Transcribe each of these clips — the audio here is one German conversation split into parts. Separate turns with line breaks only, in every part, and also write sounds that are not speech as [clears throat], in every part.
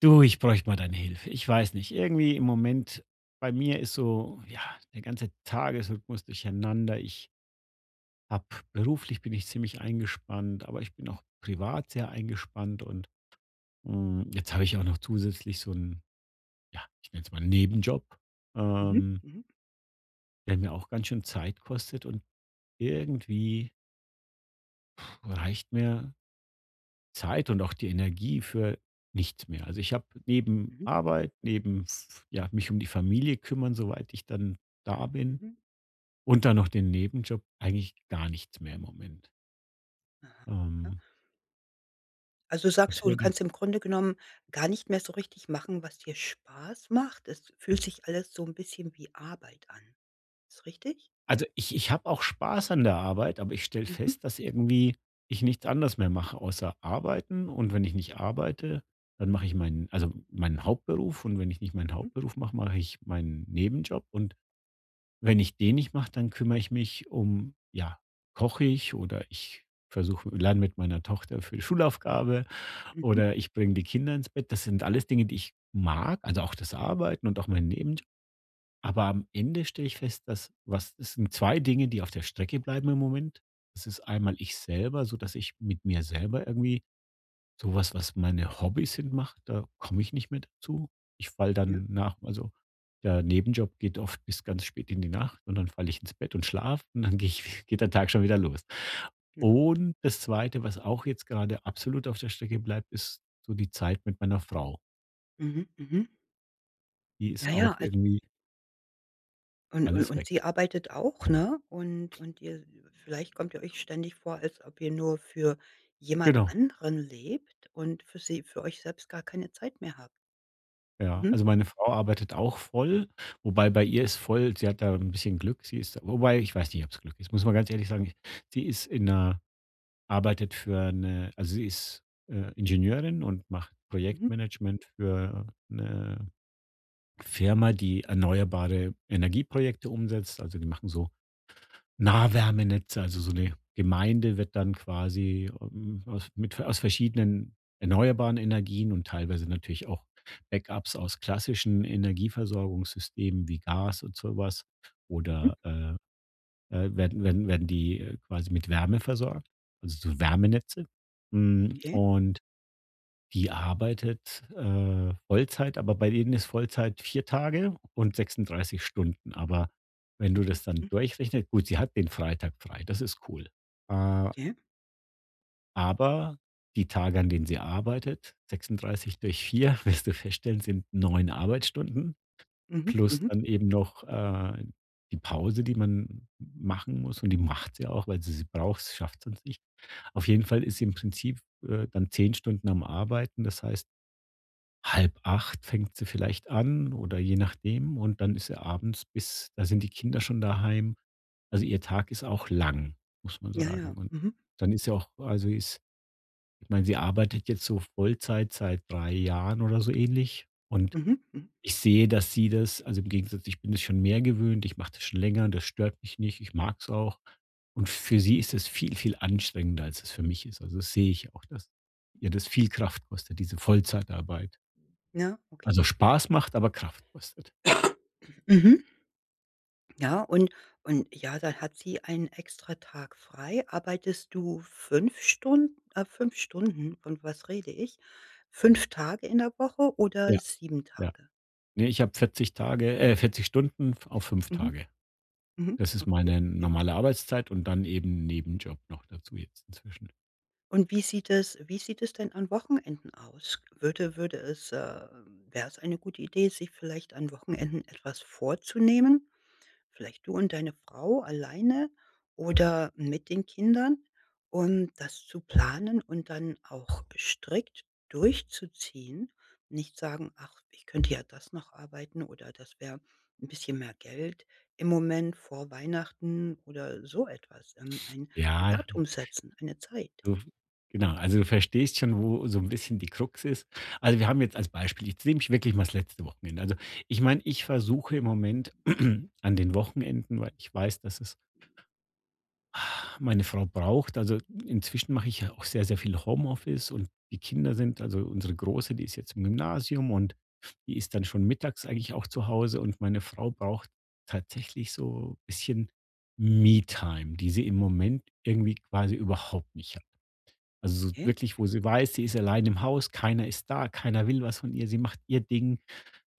Du, ich bräuchte mal deine Hilfe. Ich weiß nicht. Irgendwie im Moment bei mir ist so, ja, der ganze Tagesrhythmus durcheinander. Ich habe Beruflich bin ich ziemlich eingespannt, aber ich bin auch privat sehr eingespannt und jetzt habe ich auch noch zusätzlich so einen, ja, ich nenne es mal Nebenjob,
Mhm,
ähm,
mhm,
der mir auch ganz schön Zeit kostet und irgendwie reicht mir Zeit und auch die Energie für nichts mehr. Also, ich habe neben
mhm,
Arbeit, neben f ja, mich um die Familie kümmern, soweit ich dann da bin,
mhm.
und dann noch den Nebenjob, eigentlich gar nichts mehr im Moment.
Aha, aha.
Ähm,
Also sagst
kannst du
du, du
mir da
kannst im Grunde genommen gar nicht mehr so richtig machen, was dir Spaß macht. Es fühlt sich alles so ein bisschen wie Arbeit an. Ist richtig?
Also, ich habe auch Spaß an der Arbeit, aber ich stelle
Mhm,
fest, dass irgendwie ich nichts anderes mehr mache außer arbeiten. Und wenn ich nicht arbeite, dann mache ich meinen, also meinen Hauptberuf, und wenn ich nicht meinen
mhm,
Hauptberuf mache, mache ich meinen Nebenjob. Und wenn ich den nicht mache, dann kümmere ich mich um, ja, koche ich oder ich versuche lerne mit meiner Tochter für die Schulaufgabe
mhm,
oder ich bringe die Kinder ins Bett. Das sind alles Dinge, die ich mag, also auch das Arbeiten und auch mein Nebenjob. Aber am Ende stelle ich fest, dass was es sind 2 Dinge, die auf der Strecke bleiben im Moment. Das ist einmal ich selber, so dass ich mit mir selber irgendwie sowas, was meine Hobbys sind, macht, da komme ich nicht mehr dazu. Ich falle
ja,
dann nach also, Der Nebenjob geht oft bis ganz spät in die Nacht, und dann falle ich ins Bett und schlafe, und dann gehe ich [laughs] geht der Tag schon wieder los.
ja.
Und das Zweite, was auch jetzt gerade absolut auf der Strecke bleibt, ist so die Zeit mit meiner Frau.
Mhm, mhm.
Die ist
Ja, ja,
auch
also
irgendwie
und und
alles
und
weg.
sie arbeitet auch, ne? Und ihr vielleicht kommt ihr euch ständig vor, als ob ihr nur für jemand
Genau,
anderen lebt und für sie für euch selbst gar keine Zeit mehr habt.
ja.
Mhm,
Also, meine Frau arbeitet auch voll, wobei bei ihr ist voll, sie hat da ein bisschen Glück. Sie ist Wobei, ich weiß nicht, ob es Glück ist, muss man ganz ehrlich sagen. Sie ist in einer arbeitet für eine, also sie ist, Ingenieurin und macht
mhm,
Projektmanagement für eine Firma, die erneuerbare Energieprojekte umsetzt. Also, die machen so Nahwärmenetze, also so eine Gemeinde wird dann quasi, aus verschiedenen erneuerbaren Energien und teilweise natürlich auch Backups aus klassischen Energieversorgungssystemen wie Gas und sowas,
mhm,
oder, werden die, quasi mit Wärme versorgt, also so Wärmenetze.
okay.
Und die arbeitet, Vollzeit, aber bei denen ist Vollzeit 4 Tage und 36 Stunden. Aber wenn du
Mhm,
das dann
mhm,
durchrechnet, gut, sie hat den Freitag frei, das ist cool. Äh,
okay.
aber die Tage, an denen sie arbeitet, 36 durch 4 [laughs] wirst du feststellen, sind 9 Arbeitsstunden.
Mhm,
Plus
mhm.
dann eben noch, die Pause, die man machen muss, und die macht sie auch, weil sie sie braucht, sie schafft sonst nicht. Auf jeden Fall ist sie im Prinzip, dann 10 Stunden am Arbeiten. Das heißt, halb acht fängt sie vielleicht an, oder je nachdem, und dann ist sie abends, bis da sind die Kinder schon daheim. Also, ihr Tag ist auch lang, muss man
Ja, ja.
sagen. Und
Mhm.
dann ist ja auch also, ist ich meine, sie arbeitet jetzt so Vollzeit seit 3 Jahren oder so ähnlich, und
Mhm. Mhm.
ich sehe, dass sie das, also, im Gegensatz, ich bin es schon mehr gewöhnt, ich mache das schon länger, das stört mich nicht, ich mag es auch. Und für sie ist es viel, viel anstrengender, als es für mich ist. Also, das sehe ich auch, dass ihr das viel Kraft kostet, diese Vollzeitarbeit.
Ja, okay.
Also, Spaß macht, aber Kraft kostet.
Mhm. Ja, und ja, dann hat sie einen extra Tag frei. Arbeitest du 5 Stunden, 5 Stunden, von was rede ich? 5 Tage in der Woche oder
Ja,
7
ja.
Tage?
Ne, ich habe 40 Tage äh, 40 Stunden auf fünf
Mhm.
Tage.
Mhm.
Das ist
Okay,
meine
okay.
normale Arbeitszeit, und dann eben Nebenjob noch dazu, jetzt inzwischen.
Und wie sieht es denn an Wochenenden aus? Würde es, wäre es eine gute Idee, sich vielleicht an Wochenenden etwas vorzunehmen? Vielleicht du und deine Frau alleine oder mit den Kindern und das zu planen und dann auch strikt durchzuziehen. Nicht sagen: „Ach, ich könnte ja das noch arbeiten oder das wäre ein bisschen mehr Geld im Moment vor Weihnachten“ oder so etwas. Ein
Ja.
Datum setzen, eine Zeit.
Du Genau, also du verstehst schon, wo so ein bisschen die Krux ist. Also, wir haben jetzt als Beispiel, jetzt nehme ich wirklich mal das letzte Wochenende. Also, ich meine, ich versuche im Moment [clears throat] an den Wochenenden, weil ich weiß, dass es, meine Frau braucht, inzwischen mache ich ja auch sehr, sehr viel Homeoffice, und die Kinder sind, unsere Große, die ist jetzt im Gymnasium, und die ist dann schon mittags eigentlich auch zu Hause, und meine Frau braucht tatsächlich so ein bisschen Me-Time, die sie im Moment irgendwie quasi überhaupt nicht, also, so
Ja,
wirklich, wo sie weiß, sie ist allein im Haus, keiner ist da, keiner will was von ihr, sie macht ihr Ding.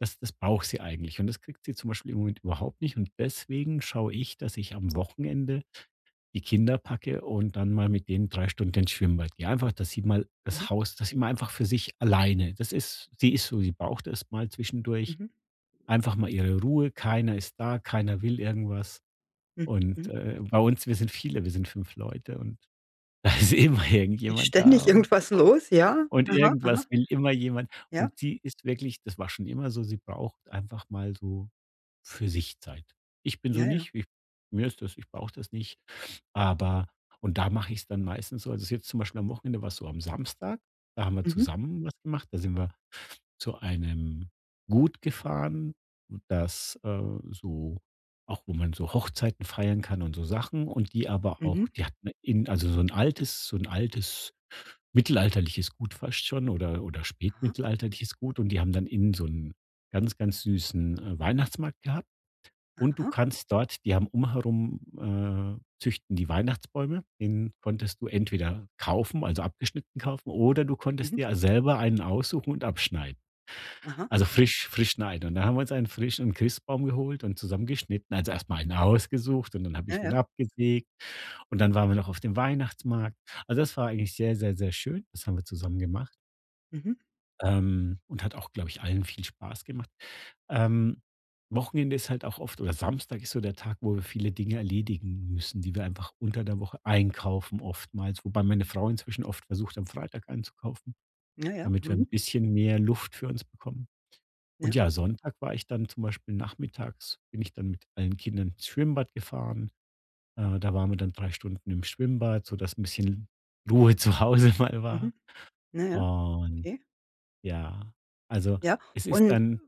Das braucht sie eigentlich, und das kriegt sie zum Beispiel im Moment überhaupt nicht, und deswegen schaue ich, dass ich am Wochenende die Kinder packe und dann mal mit denen 3 Stunden ins Schwimmbad gehe. Einfach, dass sie mal
mhm,
das Haus, dass sie mal einfach für sich alleine, das ist, sie ist so, sie braucht es mal zwischendurch.
mhm,
Einfach mal ihre Ruhe, keiner ist da, keiner will irgendwas,
mhm,
und,
mhm.
bei uns, wir sind viele, wir sind 5 Leute, und [laughs] da ist immer
Ist
irgendjemand da,
ständig [laughs] irgendwas los, ja?
und
Aha, aha,
irgendwas will immer jemand,
ja,
und sie ist wirklich, das war schon immer so, sie braucht einfach mal so für sich Zeit. Ich bin
ja,
so
ja.
nicht, ich, mir ist das, ich brauche das nicht. Aber, und da mache ich es dann meistens so, also, jetzt zum Beispiel am Wochenende war's so, am Samstag, da haben wir
Mhm,
zusammen was gemacht, da sind wir zu einem Gut gefahren, das, so auch, wo man so Hochzeiten feiern kann und so Sachen, und die, aber
mhm,
auch, die hatten in, also, so ein altes, so ein altes, mittelalterliches Gut fast schon, oder
aha,
spätmittelalterliches Gut, und die haben dann innen so einen ganz, ganz süßen, Weihnachtsmarkt gehabt, und du
aha,
kannst dort, die haben umherum, züchten die Weihnachtsbäume. Den konntest du entweder kaufen, also abgeschnitten kaufen, oder du konntest
mhm,
dir selber einen aussuchen und abschneiden.
aha.
Also,
Ja.
frisch schneiden. Und dann haben wir uns einen frischen Christbaum geholt und zusammengeschnitten. Also, erstmal einen ausgesucht, und dann habe
Ja,
ich den
ja.
abgesägt, und dann waren wir noch auf dem Weihnachtsmarkt. Also, das war eigentlich sehr, sehr, sehr schön. Das haben wir zusammen gemacht,
Mhm.
und hat auch, glaube ich, allen viel Spaß gemacht. Ähm, Wochenende ist halt auch oft, oder Samstag ist so der Tag, wo wir viele Dinge erledigen müssen, die wir einfach unter der Woche einkaufen oftmals, wobei meine Frau inzwischen oft versucht, am Freitag einzukaufen,
Ja, ja.
damit wir
Mhm.
ein bisschen mehr Luft für uns bekommen.
Ja.
Und ja, Sonntag war ich dann zum Beispiel nachmittags, bin ich dann mit allen Kindern ins Schwimmbad gefahren. Da waren wir dann 3 Stunden im Schwimmbad, sodass ein bisschen Ruhe zu Hause [laughs] mal war.
Mhm. Na ja,
Und
okay.
ja, also,
Ja,
es ist
und
dann,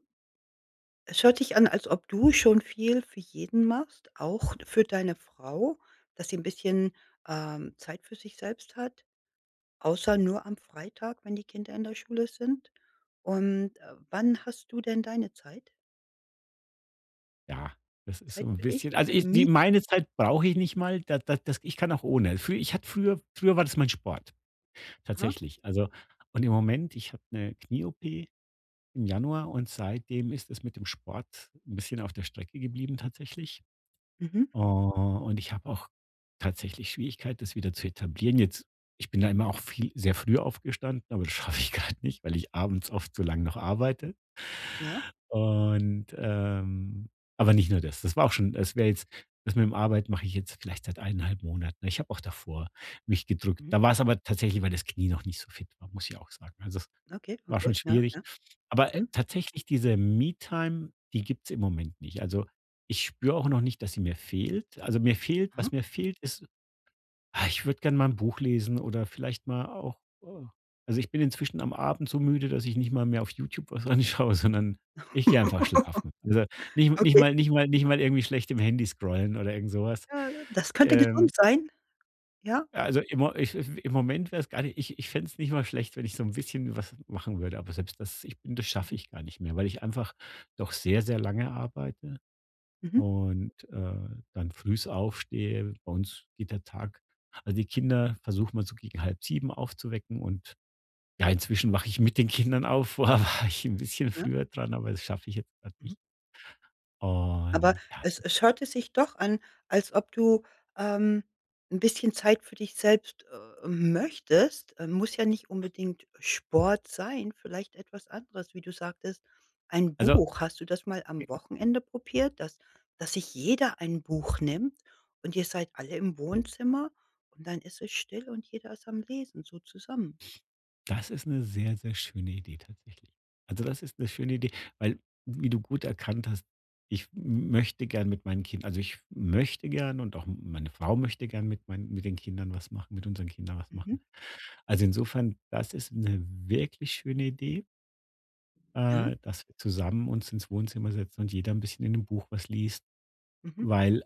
es hört sich an, als ob du schon viel für jeden machst, auch für deine Frau, dass sie ein bisschen, Zeit für sich selbst hat, außer nur am Freitag, wenn die Kinder in der Schule sind. Und, wann hast du denn deine Zeit?
ja, das ist
Zeit
so ein
für dich?
bisschen, also,
Deine
ich, die
Miete?
meine Zeit brauche ich nicht mal, das, da, das, ich kann auch ohne. Frü Ich hatte früher war das mein Sport,
Aha.
tatsächlich. Also, und im Moment, ich habe eine Knie-OP im Januar, und seitdem ist es mit dem Sport ein bisschen auf der Strecke geblieben, tatsächlich.
Mhm.
Oh, und ich habe auch tatsächlich Schwierigkeit, das wieder zu etablieren. Jetzt, ich bin da immer auch viel sehr früh aufgestanden, aber das schaffe ich [laughs] gerade nicht, weil ich abends oft so lange noch arbeite.
Ja.
Und, aber nicht nur das. Das war auch schon, das wäre jetzt, das mit dem Arbeit mache ich jetzt vielleicht seit eineinhalb Monaten. Ich habe auch davor mich gedrückt.
Mhm.
Da war es aber tatsächlich, weil das Knie noch nicht so fit war, muss ich auch sagen. Also, es
Okay,
war
okay.
schon
Ja,
schwierig.
ja.
Aber,
Mhm.
tatsächlich diese Me-Time, die gibt es im Moment nicht. Also, ich spüre auch noch nicht, dass sie mir fehlt. Also, mir fehlt,
Aha.
was mir fehlt, ist, ah, ich würde gern mal ein Buch lesen, oder vielleicht mal auch, also, ich bin inzwischen am Abend so müde, dass ich nicht mal mehr auf YouTube was [laughs] anschaue, sondern ich gehe einfach
[laughs]
schlafen. Also, nicht nicht
Okay.
mal nicht mal nicht mal irgendwie schlecht im Handy scrollen oder irgend sowas.
Ja, das könnte gesund
Ähm,
sein. Ja.
also, im Mo ich im Moment wär's gar nicht, ich, ich fände es nicht mal schlecht, wenn ich so ein bisschen was machen würde, aber selbst das, ich bin das schaffe
Mhm.
ich gar nicht mehr, weil ich einfach doch sehr, sehr lange arbeite.
Mhm.
Und, dann frühs aufstehe. Bei uns geht der Tag, also, die Kinder versucht man so gegen halb sieben aufzuwecken, und ja, inzwischen wache ich mit den Kindern auf. [laughs] Vorher war ich ein bisschen
Ja.
früher dran, aber das schaffe ich jetzt grad
Mhm.
nicht.
Aber
Und ja,
es hörte sich doch an, als ob du, ähm, 'n bisschen Zeit für dich selbst, möchtest. Muss ja nicht unbedingt Sport sein, vielleicht etwas anderes, wie du sagtest, ein
also,
Buch. Hast du das mal am Wochenende probiert, dass sich jeder ein Buch nimmt und ihr seid alle im Wohnzimmer und dann ist es still und jeder ist am Lesen, so zusammen?
das ist eine sehr, sehr schöne Idee tatsächlich. Also, das ist eine schöne Idee, weil, wie du gut erkannt hast, ich möchte gern mit meinen Kindern, also, ich möchte gern, und auch meine Frau möchte gern mit meinen, mit den Kindern was machen, mit unseren Kindern was
Mhm.
machen. Also, insofern, das ist eine wirklich schöne Idee,
Ja.
dass wir zusammen uns ins Wohnzimmer setzen und jeder ein bisschen in 'nem Buch was liest,
Mhm.
weil,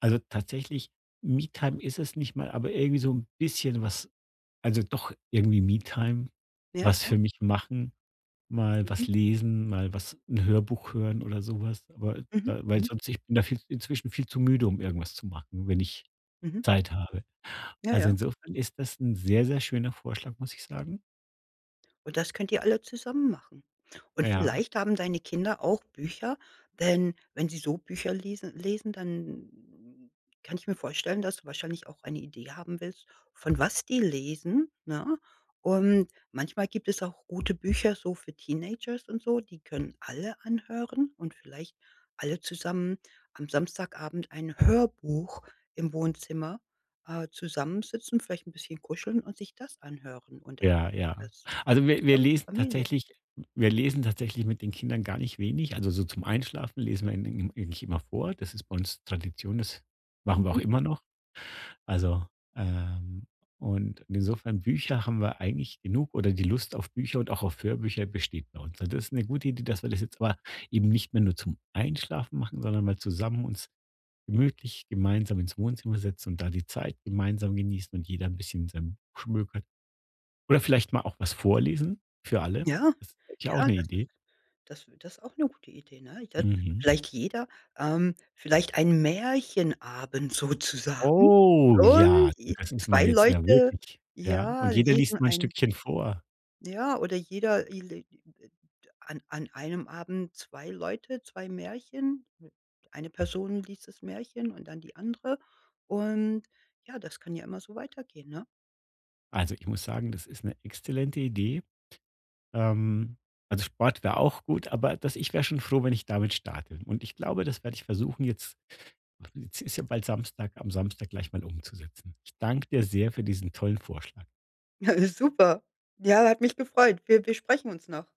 also, tatsächlich, Me-Time ist es nicht mal, aber irgendwie so ein bisschen was, also, doch irgendwie Me-Time,
Ja,
was
ja.
für mich machen, mal
Mhm.
was lesen, mal was, ein Hörbuch hören oder sowas. Aber
Mhm.
da, weil
Mhm.
sonst, ich bin da viel, inzwischen viel zu müde, um irgendwas zu machen, wenn ich
Mhm.
Zeit habe.
Ja,
Also,
ja.
insofern ist das ein sehr, sehr schöner Vorschlag, muss ich sagen.
Und das könnt ihr alle zusammen machen. Und
Ja.
vielleicht haben deine Kinder auch Bücher, denn wenn sie so Bücher lesen, dann kann ich mir vorstellen, dass du wahrscheinlich auch eine Idee haben willst, von was die lesen, ne? Und manchmal gibt es auch gute Bücher so für Teenagers und so, die können alle anhören und vielleicht alle zusammen am Samstagabend ein Hörbuch im Wohnzimmer, zusammensitzen, vielleicht ein bisschen kuscheln und sich das anhören und das
Ja, ja.
das
Also, wir
auch die
lesen
Familie.
tatsächlich, wir lesen tatsächlich mit den Kindern gar nicht wenig. Also, so zum Einschlafen lesen wir ihnen eigentlich immer vor. Das ist bei uns Tradition, das machen wir auch
Mhm.
immer noch. Also, ähm, und insofern Bücher haben wir eigentlich genug, oder die Lust auf Bücher und auch auf Hörbücher besteht bei uns. Also, das ist eine gute Idee, dass wir das jetzt aber eben nicht mehr nur zum Einschlafen machen, sondern mal zusammen uns gemütlich gemeinsam ins Wohnzimmer setzen und da die Zeit gemeinsam genießen, und jeder ein bisschen in seinem Buch schmökert. Oder vielleicht mal auch was vorlesen für alle.
Ja,
Das ist eigentlich
ja,
auch 'ne
das ist
Idee.
das das ist auch eine gute Idee, ne? Da
Mhm.
vielleicht jeder, vielleicht ein Märchenabend sozusagen,
Oh ja,
und j
das ist mal
2
jetzt, na
Leute,
wirklich, ja.
ja,
Und jeder
lesen
liest mal 'n
ein
Stückchen vor.
ja, oder jeder i le an einem Abend 2 Leute, 2 Märchen. Eine Person liest das Märchen und dann die andere, und ja, das kann ja immer so weitergehen, ne?
Also, ich muss sagen, das ist 'ne exzellente Idee. Ähm, also, Sport wäre auch gut, aber das, ich wäre schon froh, wenn ich damit starte. Und ich glaube, das werde ich versuchen jetzt, jetzt ist ja bald Samstag, am Samstag gleich mal umzusetzen. Ich danke dir sehr für diesen tollen Vorschlag.
[laughs] Super. Ja, hat mich gefreut. Wir sprechen uns noch.